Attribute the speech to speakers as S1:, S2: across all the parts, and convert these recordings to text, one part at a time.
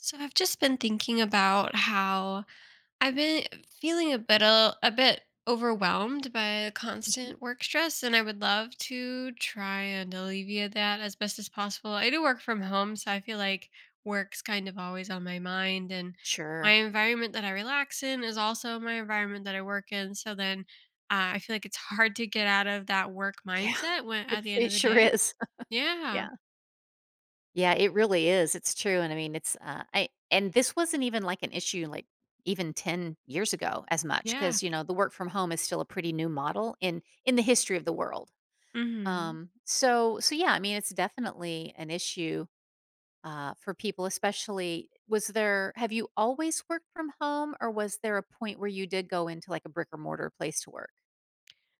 S1: So I've just been thinking about how I've been feeling a bit overwhelmed by the
S2: Mhm.
S1: constant work stress, and I would love to try and alleviate that as best as possible. I do work from home, so I feel like work's kind of always on my mind, and my
S2: Sure.
S1: environment that I relax in is also my environment that I work in. So then I feel like it's hard to get out of that work
S2: Yeah.
S1: mindset when
S2: It
S1: at the end of
S2: it
S1: the
S2: sure
S1: day.
S2: is.
S1: Yeah.
S2: Yeah. Yeah, it really is. It's true, and I mean, it's, I and this wasn't even like an issue, like, even 10 years ago as much
S1: Yeah.
S2: because the work from home is still a pretty new model in the history of the world.
S1: Mhm.
S2: So yeah, I mean, it's definitely an issue, for people, especially was there have you always worked from home, or was there a point where you did go into, like, a brick or mortar place to work?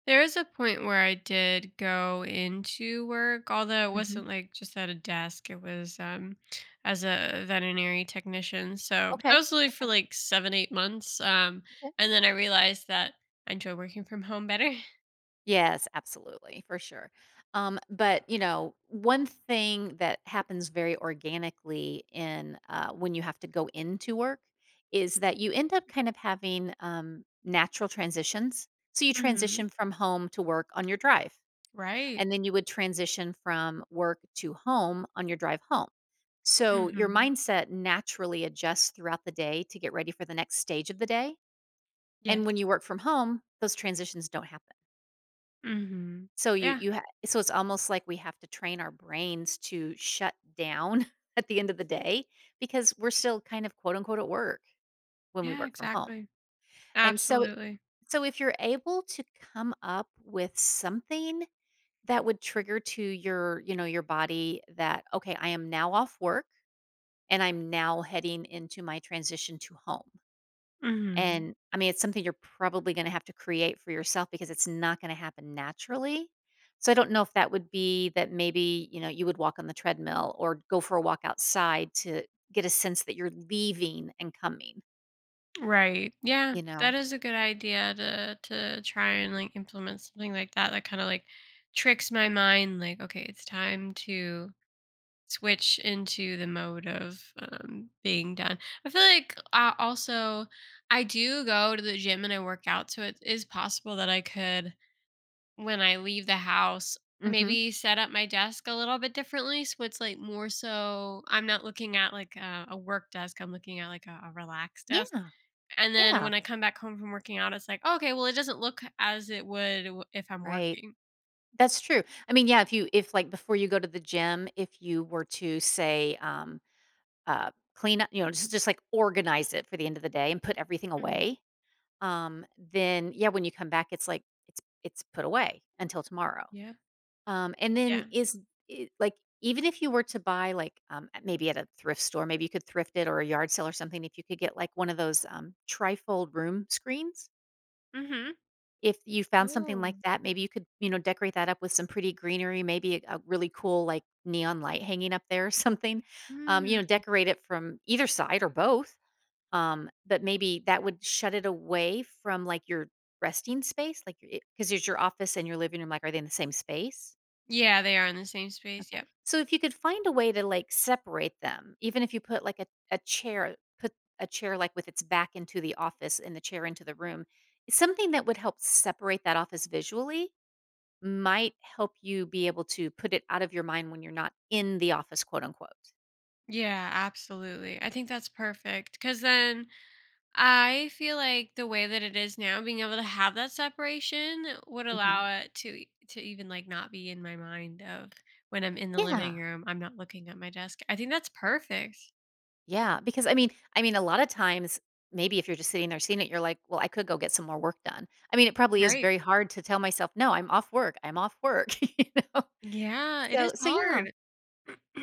S1: There is a point where I did go into work, although it
S2: Mhm.
S1: wasn't like just at a desk. It was as a veterinary technician. So I
S2: Okay.
S1: was only for
S2: Okay.
S1: like 7-8 months. And then I realized that I enjoy working from home better.
S2: Yes, absolutely, for sure. But one thing that happens very organically in when you have to go into work is that you end up kind of having natural transitions. So you
S1: Hmm.
S2: transition from home to work on your drive,
S1: Right.
S2: and then you would transition from work to home on your drive home. So your
S1: Hmm.
S2: mindset naturally adjusts throughout the day to get ready for the next stage of the day.
S1: Yes.
S2: And when you work from home, those transitions don't happen.
S1: Hmm.
S2: So you
S1: Yeah.
S2: you ha so it's almost like we have to train our brains to shut down at the end of the day because we're still kind of quote unquote at work when we
S1: Yeah.
S2: work from home.
S1: Exactly.
S2: And so
S1: Absolutely.
S2: so if you're able to come up with something that would trigger to your, your body that, okay, I am now off work and I'm now heading into my transition to home.
S1: Hmm.
S2: And I mean, it's something you're probably gonna have to create for yourself because it's not gonna happen naturally. So I don't know if that would be that maybe, you would walk on the treadmill or go for a walk outside to get a sense that you're leaving and coming,
S1: Right. Yeah,
S2: you know?
S1: that is a good idea to try and like implement something like that kind of like tricks my mind like, okay, it's time to switch into the mode of being done. I feel like also I do go to the gym and I work out, so it is possible that I could, when I leave the house,
S2: Mhm.
S1: maybe set up my desk a little bit differently, so it's like, more so I'm not looking at like a work desk, I'm looking at like a relaxed desk.
S2: Yeah.
S1: And then
S2: Yeah.
S1: when I come back home from working out, it's like, "Oh, okay, well, it doesn't look as it would w if I'm
S2: Right.
S1: working."
S2: That's true. I mean, yeah, if you if, like, before you go to the gym, if you were to say, clean up, like, organize it for the end of the day and put everything
S1: Mhm.
S2: away, then yeah, when you come back, it's like it's put away until tomorrow.
S1: Yeah.
S2: And then
S1: Yeah.
S2: like, even if you were to buy like at- maybe at a thrift store, maybe you could thrift it or a yard sale or something. If you could get like one of those trifold room screens,
S1: Mhm.
S2: if you found something like
S1: Oh.
S2: that, maybe you could, decorate that up with some pretty greenery, maybe a really cool like neon light hanging up there or something. You know,
S1: Mm.
S2: decorate it from either side or both, but maybe that would shut it away from, like, your resting space, like, because there's your office and your living room, like, are they in the same space?
S1: Yeah, they are in the same space,
S2: Okay.
S1: yep.
S2: So if you could find a way to, like, separate them, even if you put, like, a chair, like, with its back into the office and the chair into the room, something that would help separate that office visually might help you be able to put it out of your mind when you're not "in the office," quote unquote.
S1: Yeah, absolutely. I think that's perfect, because then I feel like the way that it is now, being able to have that separation would
S2: Mhm.
S1: allow it to to even, like, not be in my mind of when I'm in the
S2: Yeah.
S1: living room, I'm not looking at my desk. I think that's perfect.
S2: Yeah, because I mean, a lot of times, maybe if you're just sitting there seeing it, you're like, "Well, I could go get some more work done." I mean, it probably is
S1: Right.
S2: very hard to tell myself, "No, I'm off work. I'm off work," you know?
S1: Yeah, it
S2: So
S1: is
S2: so yeah.
S1: hard.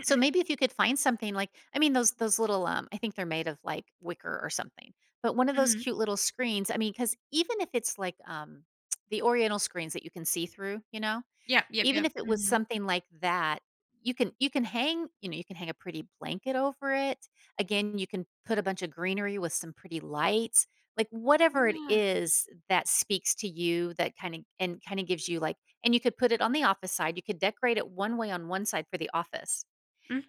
S2: So maybe if you could find something like I mean, those little, I think they're made of, like, wicker or something, but one of those
S1: Mhm.
S2: cute little screens, I mean, because even if it's like, the oriental screens that you can see through, you know?
S1: Yep, yep,
S2: Even
S1: yep.
S2: if it was
S1: Mhm.
S2: something like that, you can hang, you can hang a pretty blanket over it. Again, you can put a bunch of greenery with some pretty lights. Like whatever it
S1: Yeah.
S2: is that speaks to you, that kind of and kind of gives you like and you could put it on the office side. You could decorate it one way on one side for the office.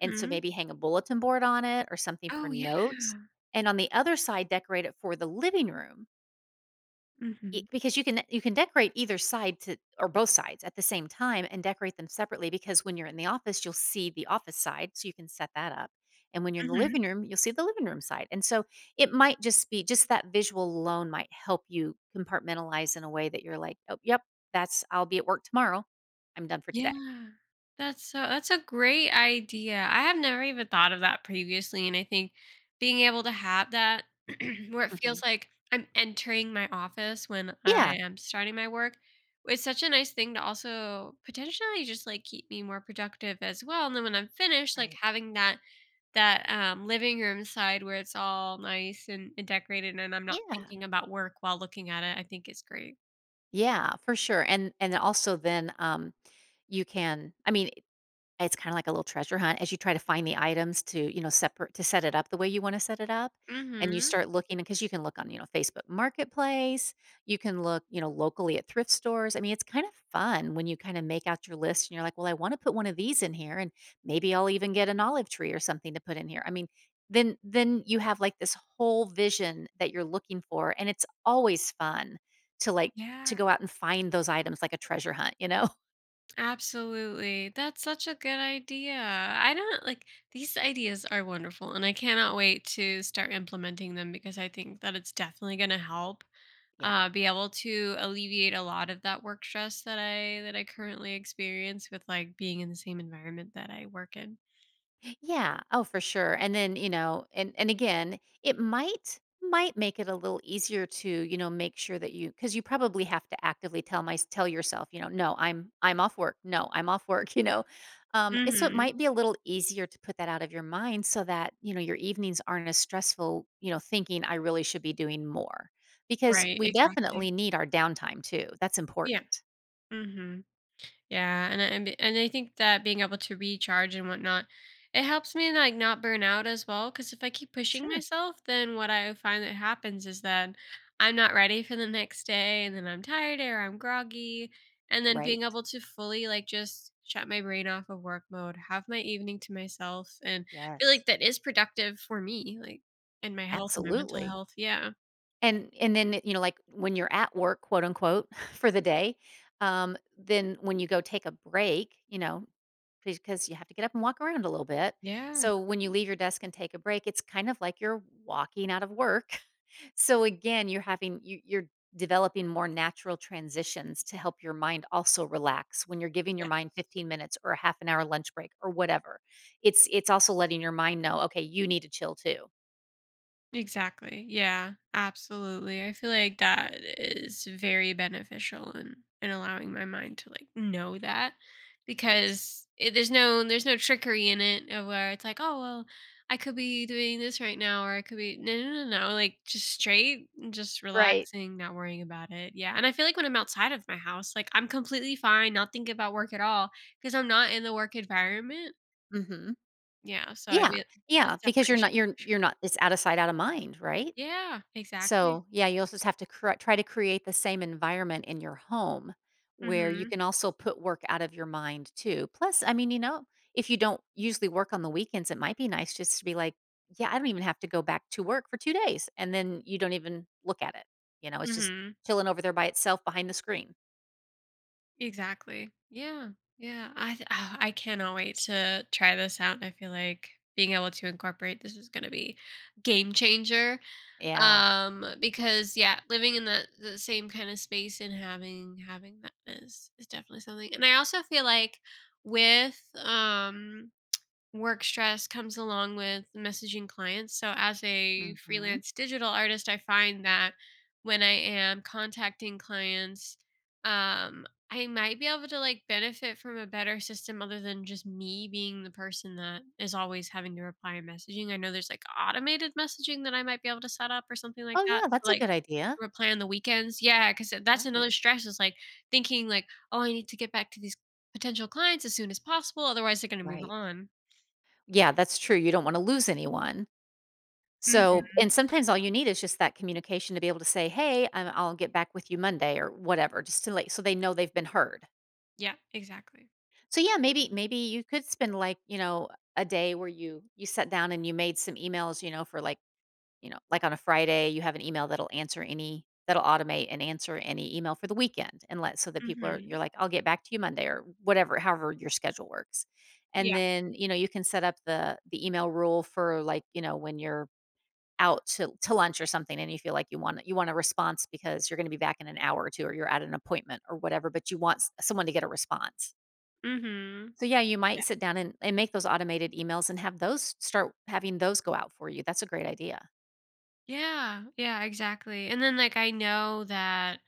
S2: And so maybe hang a bulletin board on it or something for
S1: Oh, yeah.
S2: notes. And on the other side, decorate it for the living room. E
S1: Mhm.
S2: Because you can decorate either side to or both sides at the same time and decorate them separately because when you're in the office, you'll see the office side, so you can set that up, and when you're in the
S1: Mhm.
S2: living room, you'll see the living room side, and so it might just be just that visual alone might help you compartmentalize in a way that you're like, "Oh, yep, that's I'll be at work tomorrow. I'm done for
S1: Yeah.
S2: today."
S1: That's a great idea. I have never even thought of that previously, and I think being able to have that where it
S2: Mhm.
S1: feels like I'm entering my office when I
S2: Yeah.
S1: am starting my work, it's such a nice thing to also potentially just like keep me more productive as well. And then when I'm finished, like
S2: Right.
S1: having that living room side where it's all nice and, decorated, and I'm not
S2: Yeah.
S1: thinking about work while looking at it, I think is great.
S2: Yeah, for sure, and also then, you can I mean, it's kinda like a little treasure hunt as you try to find the items to, separate to set it up the way you wanna set it up, and you
S1: Mm-hmm.
S2: start looking because you can look on, Facebook Marketplace, you can look, locally at thrift stores. I mean, it's kind of fun when you kinda make out your list and you're like, "Well, I wanna put one of these in here, and maybe I'll even get an olive tree or something to put in here." I mean, then you have, like, this whole vision that you're looking for, and it's always fun to, to
S1: Yeah.
S2: go out and find those items like a treasure hunt, you know?
S1: Absolutely. That's such a good idea. I don't like These ideas are wonderful, and I cannot wait to start implementing them, because I think that it's definitely going to help
S2: Yeah.
S1: be able to alleviate a lot of that work stress that I currently experience with like being in the same environment that I work in.
S2: Yeah. Oh, for sure. And then, you know, and again, it might make it a little easier to, make sure that you cuz you probably have to actively tell yourself, no, I'm off work. No, I'm off work, you know. And so it
S1: Mhm.
S2: might be a little easier to put that out of your mind so that, your evenings aren't as stressful, thinking I really should be doing more. Because
S1: Right,
S2: we definitely
S1: exactly.
S2: need our downtime too. That's
S1: Yeah.
S2: important.
S1: Mhm. Yeah, and I think that being able to recharge and whatnot, it helps me, like, not burn out as well. Because if I keep pushing
S2: Sure.
S1: myself, then what I find that happens is that I'm not ready for the next day, and then I'm tired or I'm groggy, and then being
S2: Right.
S1: able to fully, like, just shut my brain off of work mode, have my evening to myself, and feel
S2: Yes.
S1: like that is productive for me, like, and my health and my mental
S2: Absolutely.
S1: health, yeah.
S2: And then, like, when you're at work, quote, unquote, for the day, then when you go take a break, because you have to get up and walk around a little bit.
S1: Yeah,
S2: So when you leave your desk and take a break, it's kind of like you're walking out of work. So again, you're having you you're developing more natural transitions to help your mind also relax when you're giving your
S1: yes.
S2: mind 15 minutes or a half an hour lunch break or whatever. It's also letting your mind know, "Okay, you need to chill too."
S1: Exactly. Yeah, absolutely. I feel like that is very beneficial in allowing my mind to like know that,
S2: Right?
S1: because there's no trickery in it of where it's like, oh well, I could be doing this right now, or I could be, no no no no, like, just straight, just
S2: Right.
S1: relaxing, not worrying about it. Yeah, and I feel like when I'm outside of my house, like, I'm completely fine, not thinking about work at all because I'm not in the work environment.
S2: Mhm.
S1: Yeah, so I
S2: Yeah,
S1: feel the
S2: yeah, because you're not
S1: separation,
S2: you're
S1: for sure.
S2: you're not it's out of sight, out of mind, right?
S1: Yeah, exactly.
S2: So, yeah, you also just have to cr try to create the same environment in your home where you
S1: Mhm.
S2: can also put work out of your mind too. Plus, I mean, you know, if you don't usually work on the weekends, it might be nice just to be like, "Yeah, I don't even have to go back to work for 2 days," and then you don't even look at it, you know, it's just
S1: Mhm.
S2: chilling over there by itself behind the screen.
S1: Exactly. Yeah. Yeah. I cannot wait to try this out. I feel like being able to incorporate this is going to be game changer.
S2: Yeah,
S1: Because, yeah, living in the same kind of space and having that is definitely something. And I also feel like with work stress comes along with messaging clients. So, as a
S2: mhm.
S1: freelance digital artist, I find that when I am contacting clients, I might be able to like benefit from a better system other than just me being the person that is always having to reply in messaging. I know there's like automated messaging that I might be able to set up or something like
S2: Oh,
S1: that.
S2: yeah,
S1: So,
S2: that's a
S1: like,
S2: good idea.
S1: reply on the weekends. Yeah. Cause that's
S2: Right,
S1: another stress, is like thinking, like, oh, I need to get back to these potential clients as soon as possible. Otherwise, they're going to move
S2: right.
S1: on.
S2: Yeah, that's true, you don't wanna lose anyone. So
S1: Mhm.
S2: and sometimes all you need is just that communication to be able to say, "Hey, I'll get back with you Monday," or whatever, just to like so they know they've been heard.
S1: Yeah, exactly.
S2: So yeah, maybe maybe you could spend like, you know, a day where you sat down and you made some emails, you know, for like, you know, like on a Friday, you have an email that'll automate and answer any email for the weekend and let so that people are
S1: Mhm.
S2: you're like, "I'll get back to you Monday," or whatever, however your schedule works. And
S1: Yeah.
S2: then, you know, you can set up the email rule for like, you know, when you're out to lunch or something and you feel like you want a response because you're going to be back in an hour or two or you're at an appointment or whatever but you want s- someone to get a response.
S1: Mhm.
S2: So yeah you might
S1: Yeah.
S2: sit down and make those automated emails and have those start having those go out for you. That's a great idea.
S1: Yeah, yeah, exactly, and then, like, I know that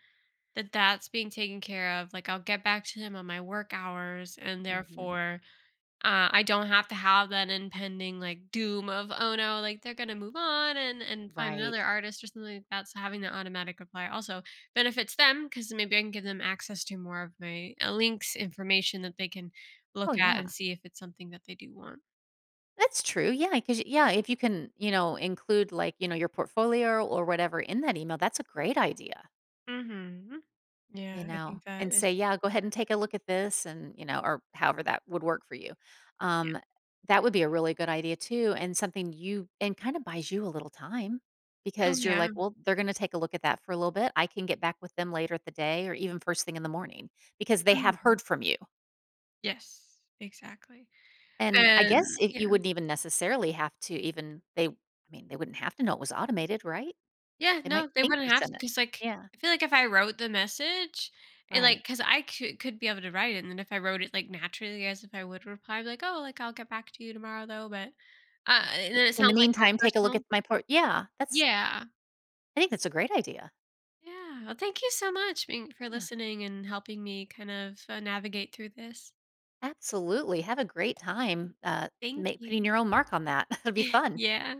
S1: that that's being taken care of, like, I'll get back to him on my work hours, and
S2: Hmm.
S1: therefore, I don't have to have that impending, like, doom of, "Oh, no," like, "They're gonna move on and find
S2: Right.
S1: another artist," or something like that. So having the automatic reply also benefits them, because maybe I can give them access to more of my, links, information that they can
S2: Oh
S1: look at and
S2: yeah,
S1: see if it's something that they do want.
S2: that's true. Yeah, because yeah, if you can, you know, include like, you know, your portfolio or whatever in that email, that's a great idea.
S1: Mhm. Yeah,
S2: You
S1: I
S2: know,
S1: think that
S2: and
S1: is
S2: say, "Yeah,
S1: would
S2: go
S1: be
S2: ahead
S1: the.
S2: and take a look at this," and, you know, or however that would work for you.
S1: Yeah.
S2: Um, that would be a really good idea too, and something you and kinda buys you a little time
S1: Oh,
S2: because you're
S1: yeah.
S2: like, "Well, they're gonna take a look at that for a little bit. I can get back with them later at the day or even first thing in the morning," because they have
S1: Mhm.
S2: heard from you,
S1: Yes, exactly.
S2: and I
S1: And
S2: guess it
S1: yeah.
S2: you wouldn't even necessarily have to even they I mean, they wouldn't have to know it was automated, right?
S1: Yeah,
S2: They might
S1: no, they
S2: think
S1: wouldn't
S2: you
S1: have to,
S2: sent it.
S1: because, like,
S2: Yeah,
S1: I feel like if I wrote the message, and like,
S2: right.
S1: because I could be able to write it, and then if I wrote it, like, naturally as if I would reply, like, "Oh, like, I'll get back to you tomorrow, though," but, and then it
S2: In the
S1: sounds, like, more
S2: meantime, take a look at
S1: personal.
S2: my port. Yeah, that's
S1: Yeah.
S2: I think that's a great idea.
S1: Yeah. Well, thank you so much being for
S2: Yeah,
S1: listening and helping me kind of, navigate through this.
S2: absolutely. Have a great time,
S1: Thank
S2: ma putting
S1: you.
S2: your own mark on that. It'll be fun.
S1: Yeah.